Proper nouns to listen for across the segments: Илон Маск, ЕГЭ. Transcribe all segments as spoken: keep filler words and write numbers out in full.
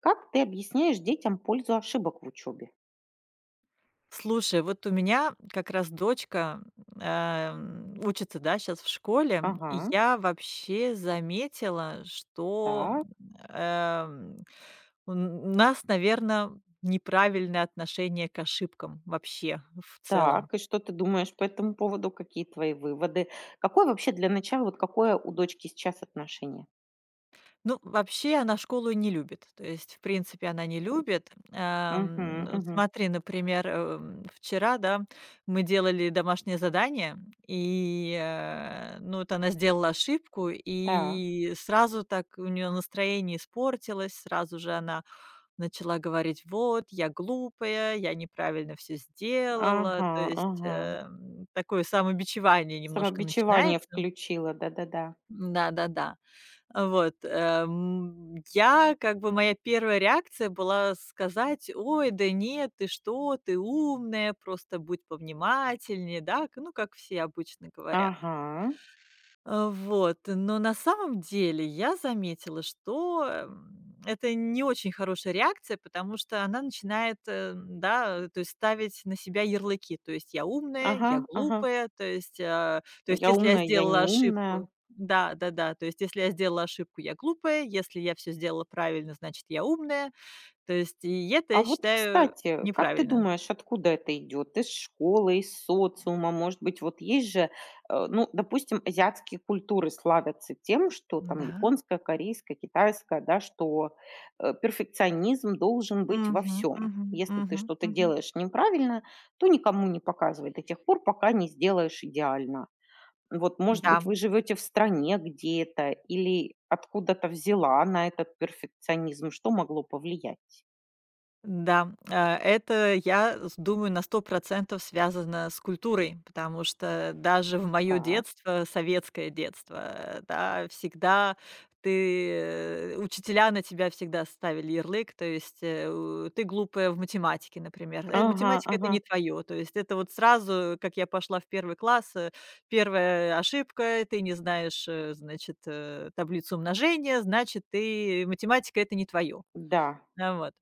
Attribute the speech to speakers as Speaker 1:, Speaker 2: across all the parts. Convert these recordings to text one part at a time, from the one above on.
Speaker 1: Как ты объясняешь детям пользу ошибок в учебе?
Speaker 2: Слушай, вот у меня как раз дочка, эм, учится, да, сейчас в школе, и
Speaker 1: Ага,
Speaker 2: я вообще заметила, что,
Speaker 1: так,
Speaker 2: эм, у нас, наверное, неправильное отношение к ошибкам вообще в целом.
Speaker 1: так. И что ты думаешь по этому поводу? Какие твои выводы? Какое вообще для начала, вот какое у дочки сейчас отношение?
Speaker 2: Ну, вообще она школу не любит. То есть, в принципе, она не любит.
Speaker 1: Угу,
Speaker 2: Ам, вот
Speaker 1: угу,
Speaker 2: смотри, например, эм, вчера, да, мы делали домашнее задание, и, э, ну, вот она сделала ошибку,
Speaker 1: так,
Speaker 2: и сразу так у нее настроение испортилось, сразу же она начала говорить, вот, я глупая, я неправильно все сделала,
Speaker 1: ага,
Speaker 2: то есть
Speaker 1: ага.
Speaker 2: эм, такое самобичевание немножко
Speaker 1: Самобичевание
Speaker 2: начинается.
Speaker 1: включила, да-да-да.
Speaker 2: Да-да-да. А, вот, эм, я как бы моя первая реакция была сказать: "Ой, да нет, ты что, ты умная, просто будь повнимательнее", да, к ну, как все обычно говорят.
Speaker 1: Ага,
Speaker 2: Э, вот, но на самом деле я заметила, что, эм, это не очень хорошая реакция, потому что она начинает, э, да, то есть ставить на себя ярлыки. То есть я умная,
Speaker 1: ага,
Speaker 2: я
Speaker 1: ага.
Speaker 2: глупая, то есть, а, то есть
Speaker 1: Я
Speaker 2: если я
Speaker 1: умная, я не
Speaker 2: сделала
Speaker 1: умная.
Speaker 2: ошибку да, да-да, то есть если я сделала ошибку, я глупая, если я все сделала правильно, значит, я умная. То есть и это,
Speaker 1: А
Speaker 2: я
Speaker 1: вот,
Speaker 2: считаю,
Speaker 1: кстати, как ты
Speaker 2: неправильно.
Speaker 1: думаешь, откуда это идет? Из школы, из социума, может быть, вот есть же, э, ну, допустим, азиатские культуры славятся тем, что там
Speaker 2: Да.
Speaker 1: японская, корейская, китайская, да, что э, перфекционизм должен быть во
Speaker 2: Мгм,
Speaker 1: всем.
Speaker 2: мгм,
Speaker 1: Если ты
Speaker 2: мгм,
Speaker 1: что-то
Speaker 2: мгм.
Speaker 1: делаешь неправильно, то никому не показывай до тех пор, пока не сделаешь идеально. Вот, может быть,
Speaker 2: Да.
Speaker 1: вы живете в стране где-то или откуда-то взяла на этот перфекционизм, что могло повлиять?
Speaker 2: Да, а, это, я с думаю, на сто процентов связано с культурой, потому что даже в моё
Speaker 1: Так.
Speaker 2: детство, советское детство, э, да, всегда ты, э, учителя на тебя всегда ставили ярлык, то есть, э, у ты глупая в математике, например. Э,
Speaker 1: Ага,
Speaker 2: математика — это
Speaker 1: ага,
Speaker 2: не твоё, то есть это вот сразу, как я пошла в первый класс, э, одна ошибка, ты не знаешь, э, значит, э, таблицу умножения, значит, ты э, математика — это не твоё.
Speaker 1: да,
Speaker 2: А, вот.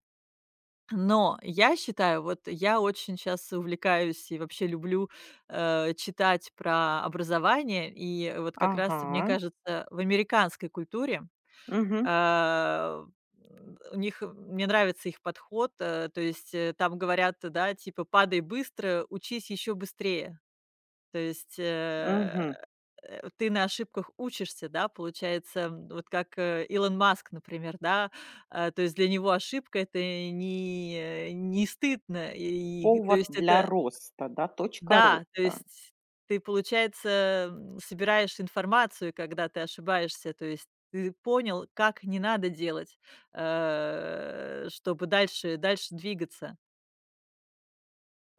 Speaker 2: Но я считаю, вот я очень щас увлекаюсь и вообще люблю, э, читать про образование. И вот как раз, мне
Speaker 1: ага,
Speaker 2: кажется, в американской культуре,
Speaker 1: угу,
Speaker 2: а, м, у них э, мне нравится их подход, э, то есть, э, там говорят, да, типа: "Падай быстро, учись еще быстрее". То есть, э
Speaker 1: угу.
Speaker 2: э, ты на ошибках учишься, да, получается, м, вот как, э, Илон Маск, например, да, э, то есть для него ошибка — это не э, не стыдно, и, то
Speaker 1: Повод
Speaker 2: есть
Speaker 1: для
Speaker 2: это
Speaker 1: роста, да, точка
Speaker 2: да, то
Speaker 1: роста.
Speaker 2: есть ты, получается, м, собираешь информацию, когда ты ошибаешься, то есть ты понял, как не надо делать, э, чтобы дальше дальше двигаться.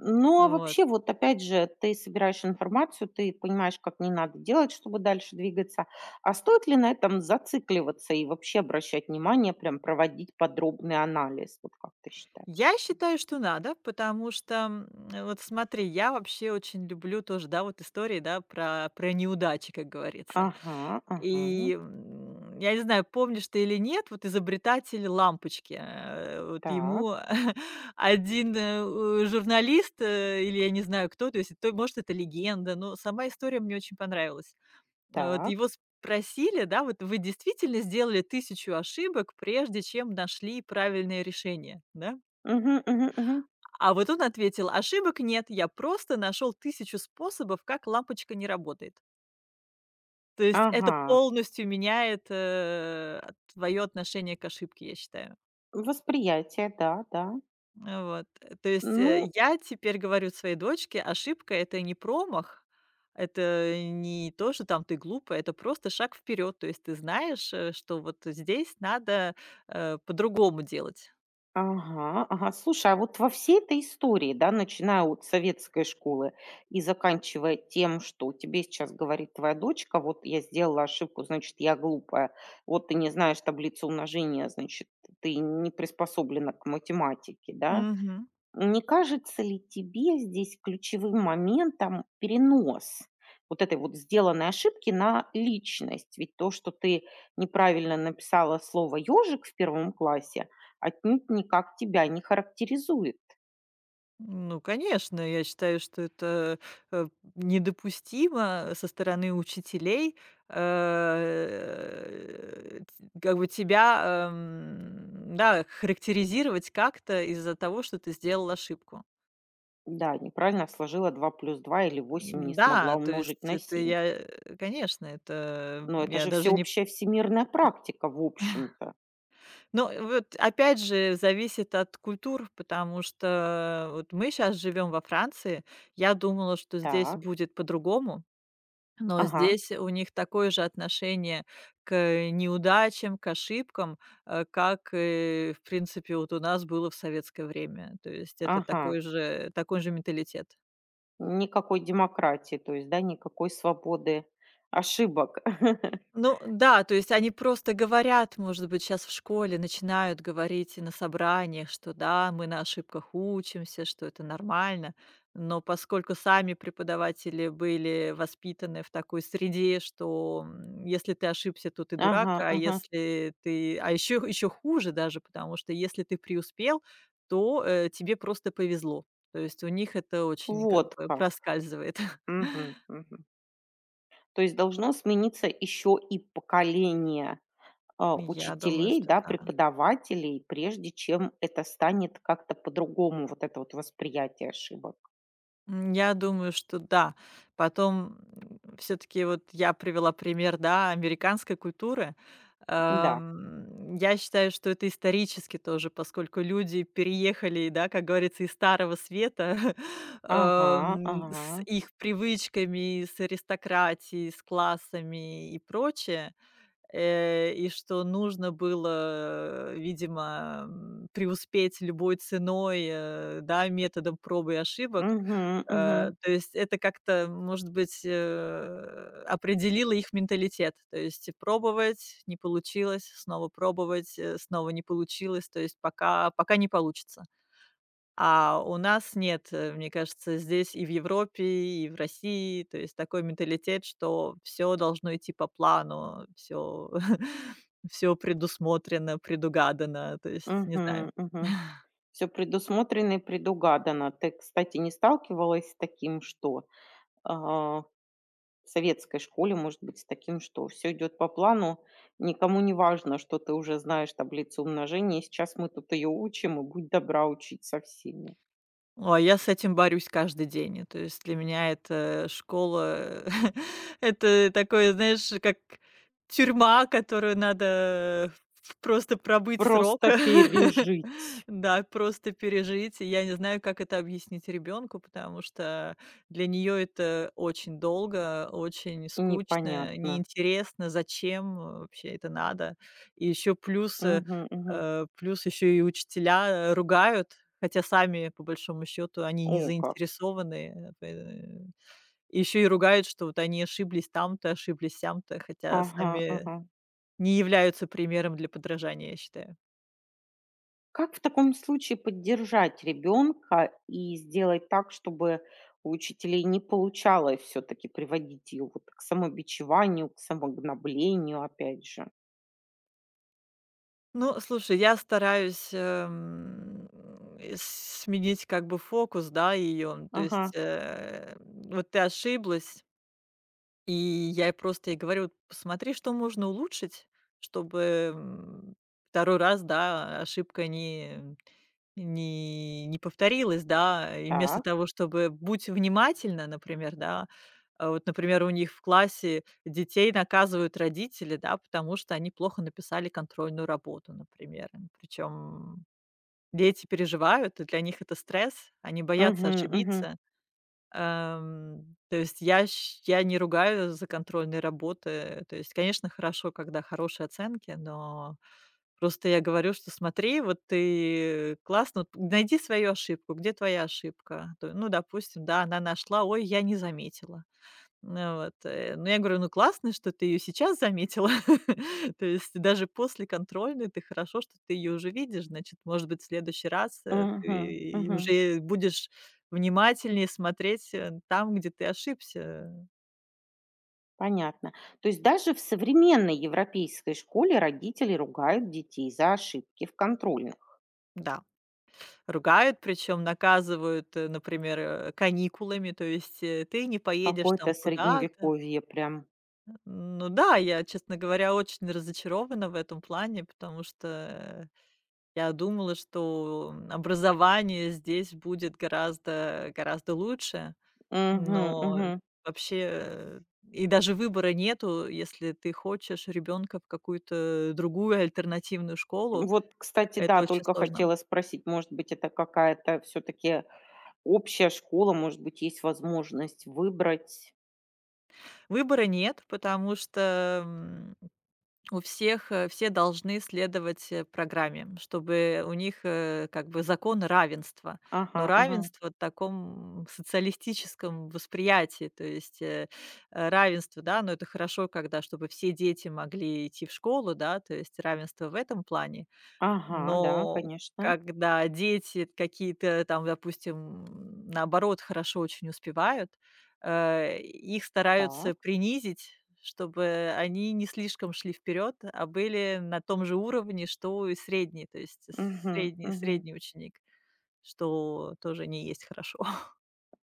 Speaker 1: Ну, а
Speaker 2: Вот.
Speaker 1: вообще, вот опять же, ты собираешь информацию, ты понимаешь, как не надо делать, чтобы дальше двигаться. А стоит ли на этом зацикливаться и вообще обращать внимание, прям проводить подробный анализ? Вот как ты считаешь?
Speaker 2: Я считаю, что надо, потому что, м, э, вот смотри, я вообще очень люблю тоже, да, вот истории, да, про про неудачи, как говорится.
Speaker 1: Ага, ага,
Speaker 2: И, м, я не знаю, помнишь ты или нет, вот изобретатель лампочки, э, вот
Speaker 1: так,
Speaker 2: ему один, э, у- журналист, э, или я не знаю кто, то есть, то может, это легенда, но сама история мне очень понравилась. Э, Вот
Speaker 1: так.
Speaker 2: его спросили, да: "Вот вы действительно сделали тысячу ошибок, прежде чем нашли правильное решение?" Да?
Speaker 1: Угу, угу, мгм.
Speaker 2: А вот он ответил: "Ошибок нет, я просто нашел тысячу способов, как лампочка не работает". То есть это
Speaker 1: Ага,
Speaker 2: полностью меняет твое отношение к ошибке, я считаю.
Speaker 1: восприятие, да, да.
Speaker 2: Ну вот. То есть, э,
Speaker 1: Ну,
Speaker 2: я теперь говорю своей дочке: ошибка — это не промах, это не то, что там ты глупая, это просто шаг вперед. То есть ты знаешь, э, что вот здесь надо, э, по-другому делать.
Speaker 1: ага, ага. Слушай, а вот во всей этой истории, да, начиная от советской школы и заканчивая тем, что тебе сейчас говорит твоя дочка, вот я сделала ошибку, значит, я глупая, вот ты не знаешь таблицу умножения, значит, ты не приспособлена к математике, да,
Speaker 2: Мгм.
Speaker 1: не кажется ли тебе здесь ключевым моментом перенос вот этой вот сделанной ошибки на личность? Ведь то, что ты неправильно написала слово ежик в первом классе, отнюдь никак тебя не характеризует.
Speaker 2: Ну, конечно, я считаю, что это, э, недопустимо со стороны учителей, э, т как бы тебя, эм, да, характеризировать как-то из-за того, что ты сделал ошибку.
Speaker 1: Да, неправильно сложила два плюс два или восемь не смогла
Speaker 2: Да, то есть
Speaker 1: умножить на
Speaker 2: это
Speaker 1: семь.
Speaker 2: я, э, конечно, это
Speaker 1: Но это
Speaker 2: я
Speaker 1: же
Speaker 2: даже не
Speaker 1: всеобщая всемирная практика, в общем-то.
Speaker 2: но вот опять же зависит от культур, потому что вот мы сейчас живем во Франции. Я думала, что здесь
Speaker 1: Так,
Speaker 2: будет по-другому. Но
Speaker 1: ага,
Speaker 2: здесь у них такое же отношение к неудачам, к ошибкам, э, как, э, в принципе, вот у нас было в советское время. То есть это
Speaker 1: ага.
Speaker 2: такой же такой же менталитет.
Speaker 1: Никакой демократии, то есть, да, никакой свободы ошибок.
Speaker 2: Ну да, то есть они просто говорят, может быть, сейчас в школе начинают говорить и на собраниях, что да, мы на ошибках учимся, что это нормально. Но поскольку сами преподаватели были воспитаны в такой среде, что, м, если ты ошибся, то ты дурак,
Speaker 1: Ага,
Speaker 2: а
Speaker 1: ага.
Speaker 2: если ты а еще еще хуже даже, потому что если ты преуспел, то, э, тебе просто повезло. То есть у них это очень как
Speaker 1: Вот
Speaker 2: бы
Speaker 1: как.
Speaker 2: проскальзывает.
Speaker 1: Мгм, мгм. То есть должно смениться еще и поколение, а,
Speaker 2: Я думаю,
Speaker 1: учителей,
Speaker 2: что
Speaker 1: да,
Speaker 2: да.
Speaker 1: преподавателей, прежде чем это станет как-то по-другому, вот это вот восприятие ошибок.
Speaker 2: М, я думаю, что да. Потом, все таки вот я привела пример, да, американской культуры.
Speaker 1: Да.
Speaker 2: Эм, я считаю, что это исторически тоже, поскольку люди переехали, да, как говорится, из Старого Света,
Speaker 1: Ага,
Speaker 2: эм, с
Speaker 1: ага.
Speaker 2: их привычками, с аристократией, с классами и прочее. Э, и что нужно было, э, видимо, м, преуспеть любой ценой, э, да, методом проб и ошибок.
Speaker 1: Угу,
Speaker 2: Э,
Speaker 1: угу,
Speaker 2: то есть это как-то, может быть, э, определило их менталитет. То есть пробовать — не получилось, снова пробовать, э, снова не получилось, то есть пока пока не получится. А у нас нет, э, мне кажется, здесь и в Европе, и в России, то есть такой менталитет, что все должно идти по плану, все, все предусмотрено, предугадано, то есть не
Speaker 1: угу,
Speaker 2: знаю.
Speaker 1: угу. Все предусмотрено и предугадано. Ты, кстати, не сталкивалась с таким, что, а советской школе, может быть, с таким, что все идет по плану, никому не важно, что ты уже знаешь таблицу умножения, и сейчас мы тут ее учим, и будь добра учить со всеми.
Speaker 2: Ой, я с этим борюсь каждый день. То есть для меня это школа, это такое, знаешь, как тюрьма, которую надо просто пробыть срок.
Speaker 1: Просто пережить.
Speaker 2: Да, просто пережить. И я не знаю, как это объяснить ребенку, потому что для нее это очень долго, очень
Speaker 1: И
Speaker 2: скучно,
Speaker 1: непонятно.
Speaker 2: неинтересно, зачем э, вообще это надо. И еще плюс э,
Speaker 1: Мгм, мгм.
Speaker 2: э, плюс еще и учителя э, ругают, хотя сами, по большому счету, они не
Speaker 1: О как.
Speaker 2: заинтересованы, еще и ругают, что вот они ошиблись там-то, ошиблись сям-то, хотя
Speaker 1: Ага,
Speaker 2: сами
Speaker 1: ага.
Speaker 2: не являются примером для подражания, я считаю.
Speaker 1: Как в таком случае поддержать ребенка и сделать так, чтобы у учителей не получалось все таки приводить его вот к самобичеванию, к самогноблению опять же?
Speaker 2: Ну, слушай, я стараюсь, эм, э, сменить как бы фокус, да, ее. То есть,
Speaker 1: Ага,
Speaker 2: э, вот ты ошиблась и я ей просто ей говорю: «Вот "Посмотри, что можно улучшить, чтобы, м, второй раз, да, ошибка не не не повторилась, да". И вместо
Speaker 1: так.
Speaker 2: того, чтобы будь внимательна, например, да. А вот, например, у них в классе детей наказывают родители, да, потому что они плохо написали контрольную работу, например. Причем дети переживают, и для них это стресс, они боятся
Speaker 1: Мгм, мгм,
Speaker 2: ошибиться. Эм, то есть я щ я не ругаю за контрольные работы. То есть, конечно, хорошо, когда хорошие оценки, но просто я говорю, что смотри, вот ты классно, вот найди свою ошибку, где твоя ошибка? То Ну, допустим, да, она нашла, ой, я не заметила. Ну вот, э, ну, я говорю: "Ну, классно, что ты ее сейчас заметила". То есть даже после контрольной ты хорошо, что ты ее уже видишь. Значит, может быть, в следующий раз, э,
Speaker 1: мгм,
Speaker 2: ты
Speaker 1: мгм.
Speaker 2: уже будешь внимательнее смотреть, э, там, где ты ошибся.
Speaker 1: Понятно. То есть даже в современной европейской школе родители ругают детей за ошибки в контрольных.
Speaker 2: Да, ругают, причем наказывают, э, например, э, каникулами, то есть, э, ты не поедешь
Speaker 1: Какое-то
Speaker 2: там куда-то.
Speaker 1: средневековье прям.
Speaker 2: Ну да, я, честно говоря, очень разочарована в этом плане, потому что, я думала, что образование здесь будет гораздо гораздо лучше,
Speaker 1: Мгм,
Speaker 2: но
Speaker 1: мгм.
Speaker 2: вообще э, и даже выбора нету, если ты хочешь ребенка в какую-то другую альтернативную школу,
Speaker 1: Вот,
Speaker 2: э,
Speaker 1: кстати, да,
Speaker 2: это очень
Speaker 1: только
Speaker 2: сложно.
Speaker 1: хотела спросить, может быть, это какая-то все-таки общая школа, может быть, есть возможность выбрать.
Speaker 2: Выбора нет, потому что, м, у всех, э, все должны следовать, э, программе, чтобы у них, э, как бы закон равенства.
Speaker 1: Ага,
Speaker 2: Но
Speaker 1: ага.
Speaker 2: равенство в таком социалистическом восприятии, то есть, э, э, равенство, да, но это хорошо, когда чтобы все дети могли идти в школу, да, то есть равенство в этом плане.
Speaker 1: Ага, да,
Speaker 2: Но
Speaker 1: конечно.
Speaker 2: когда дети какие-то там, допустим, м, наоборот, хорошо очень успевают, э, их стараются
Speaker 1: Так.
Speaker 2: принизить, чтобы они не слишком шли вперед, а были на том же уровне, что и средний, то есть
Speaker 1: Мгм,
Speaker 2: средний,
Speaker 1: мгм.
Speaker 2: средний ученик, что тоже не есть хорошо.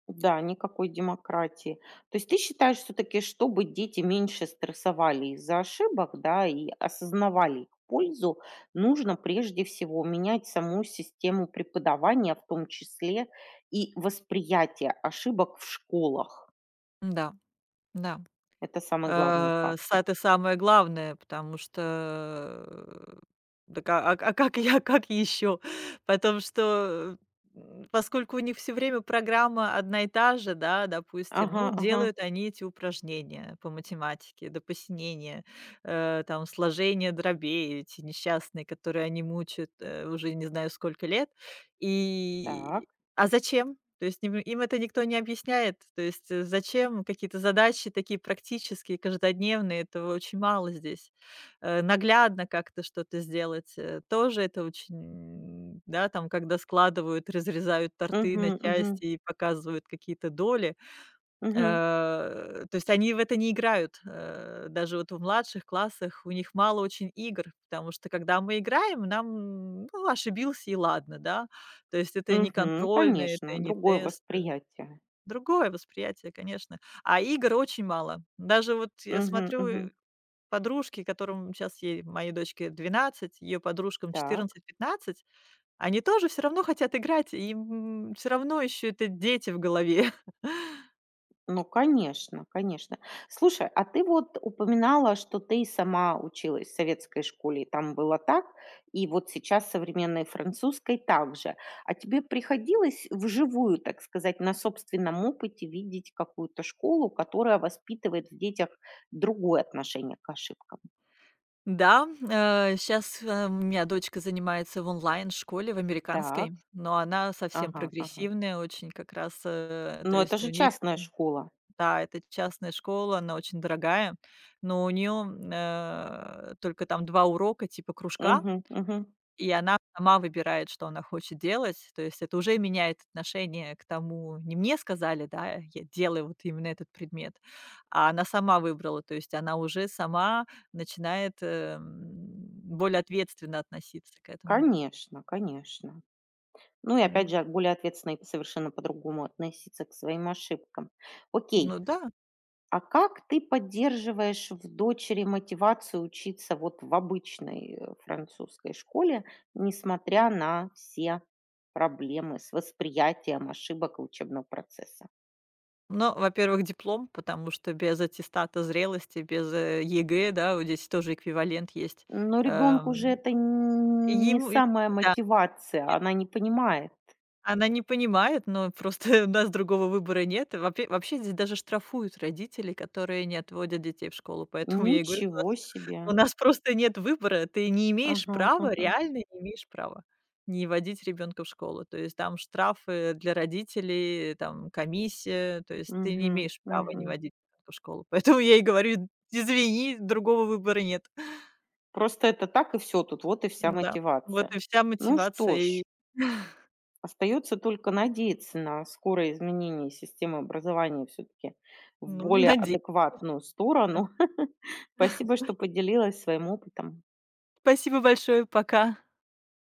Speaker 1: Да, никакой демократии. То есть ты считаешь все-таки, чтобы дети меньше стрессовали из-за ошибок, да, и осознавали их пользу, нужно прежде всего менять саму систему преподавания, в том числе и восприятие ошибок в школах.
Speaker 2: Да, да.
Speaker 1: Это самый главный
Speaker 2: Э, с
Speaker 1: фактор.
Speaker 2: Это самое главное, потому что, э, так а а а как я, как еще? Потому что, м, поскольку у них все время программа одна и та же, да, допустим,
Speaker 1: Ага,
Speaker 2: ну,
Speaker 1: ага,
Speaker 2: делают они эти упражнения по математике до посинения, э, там, сложение дробей эти несчастные, которые они мучают, э, уже не знаю сколько лет.
Speaker 1: так.
Speaker 2: И а зачем? То есть им им это никто не объясняет? То есть, э, зачем какие-то задачи такие практические, каждодневные? Этого очень мало здесь. Э, наглядно как-то что-то сделать, э, тоже это очень, м, да, там, когда складывают, разрезают торты
Speaker 1: Угу,
Speaker 2: на
Speaker 1: угу,
Speaker 2: части и показывают какие-то доли.
Speaker 1: угу,
Speaker 2: Э, то есть они в это не играют. Э, даже вот в младших классах у них мало очень игр, потому что когда мы играем, нам, ну, ошибился и ладно, да. То есть это не
Speaker 1: угу,
Speaker 2: контрольные, это
Speaker 1: конечно,
Speaker 2: не
Speaker 1: другое
Speaker 2: тесты.
Speaker 1: восприятие.
Speaker 2: Другое восприятие, конечно. А игр очень мало. Даже вот я
Speaker 1: Угу,
Speaker 2: смотрю,
Speaker 1: угу,
Speaker 2: э, подружки, которым сейчас ей, моей дочке двенадцать, ее подружкам
Speaker 1: так.
Speaker 2: четырнадцать-пятнадцать, они тоже все равно хотят играть, и им все равно еще это дети в голове.
Speaker 1: Ну, конечно, конечно. Слушай, а ты вот упоминала, что ты сама училась в советской школе, и там было так, и вот сейчас современной французской также. А тебе приходилось вживую, так сказать, на собственном опыте видеть какую-то школу, которая воспитывает в детях другое отношение к ошибкам?
Speaker 2: Да, сейчас у меня дочка занимается в онлайн-школе, в
Speaker 1: Так,
Speaker 2: американской, но она совсем
Speaker 1: ага, ага.
Speaker 2: прогрессивная, очень как раз, э, то
Speaker 1: Но это
Speaker 2: есть
Speaker 1: же
Speaker 2: у них,
Speaker 1: частная школа.
Speaker 2: да, это частная школа, она очень дорогая, но у нее только там два урока типа кружка,
Speaker 1: Угу, угу.
Speaker 2: и она сама выбирает, что она хочет делать. То есть это уже меняет отношение к тому, не мне сказали, да, я делаю вот именно этот предмет, а она сама выбрала. То есть она уже сама начинает, эм, более ответственно относиться к этому.
Speaker 1: Конечно, конечно. Ну и
Speaker 2: М,
Speaker 1: опять
Speaker 2: вот.
Speaker 1: же, более ответственно и совершенно по-другому относиться к своим ошибкам. Окей,
Speaker 2: Ну да.
Speaker 1: а как ты поддерживаешь в дочери мотивацию учиться вот в обычной э, французской школе, несмотря на все проблемы с восприятием ошибок и учебного процесса?
Speaker 2: Но, во-первых, диплом, потому что без аттестата зрелости, без, э, ЕГЭ, да, вот здесь тоже эквивалент есть.
Speaker 1: Но ребенку же
Speaker 2: Эм,
Speaker 1: это н- не
Speaker 2: ему
Speaker 1: самая
Speaker 2: да.
Speaker 1: мотивация, она не понимает.
Speaker 2: Она не понимает, но просто у нас другого выбора нет. Вопе Вообще вообще здесь даже штрафуют родителей, которые не отводят детей в школу. Поэтому я и говорю, что
Speaker 1: Ничего
Speaker 2: у нас
Speaker 1: себе.
Speaker 2: у нас просто нет выбора. Ты не имеешь
Speaker 1: Ага,
Speaker 2: права,
Speaker 1: ага.
Speaker 2: реально не имеешь права не водить ребенка в школу. То есть там штрафы для родителей, там комиссия. То есть ты не
Speaker 1: Мгм,
Speaker 2: имеешь права не
Speaker 1: мгм.
Speaker 2: водить ребенка в школу. Поэтому я и говорю: "Извини, другого выбора нет".
Speaker 1: Просто это так и все тут, вот и вся
Speaker 2: Да, вот
Speaker 1: мотивация.
Speaker 2: и вся
Speaker 1: Ну
Speaker 2: мотивация.
Speaker 1: что
Speaker 2: И,
Speaker 1: ж, остается только надеяться на скорое изменение системы образования все таки в
Speaker 2: ну,
Speaker 1: более
Speaker 2: наде
Speaker 1: адекватную сторону. Спасибо, что поделилась своим опытом.
Speaker 2: спасибо большое. Пока.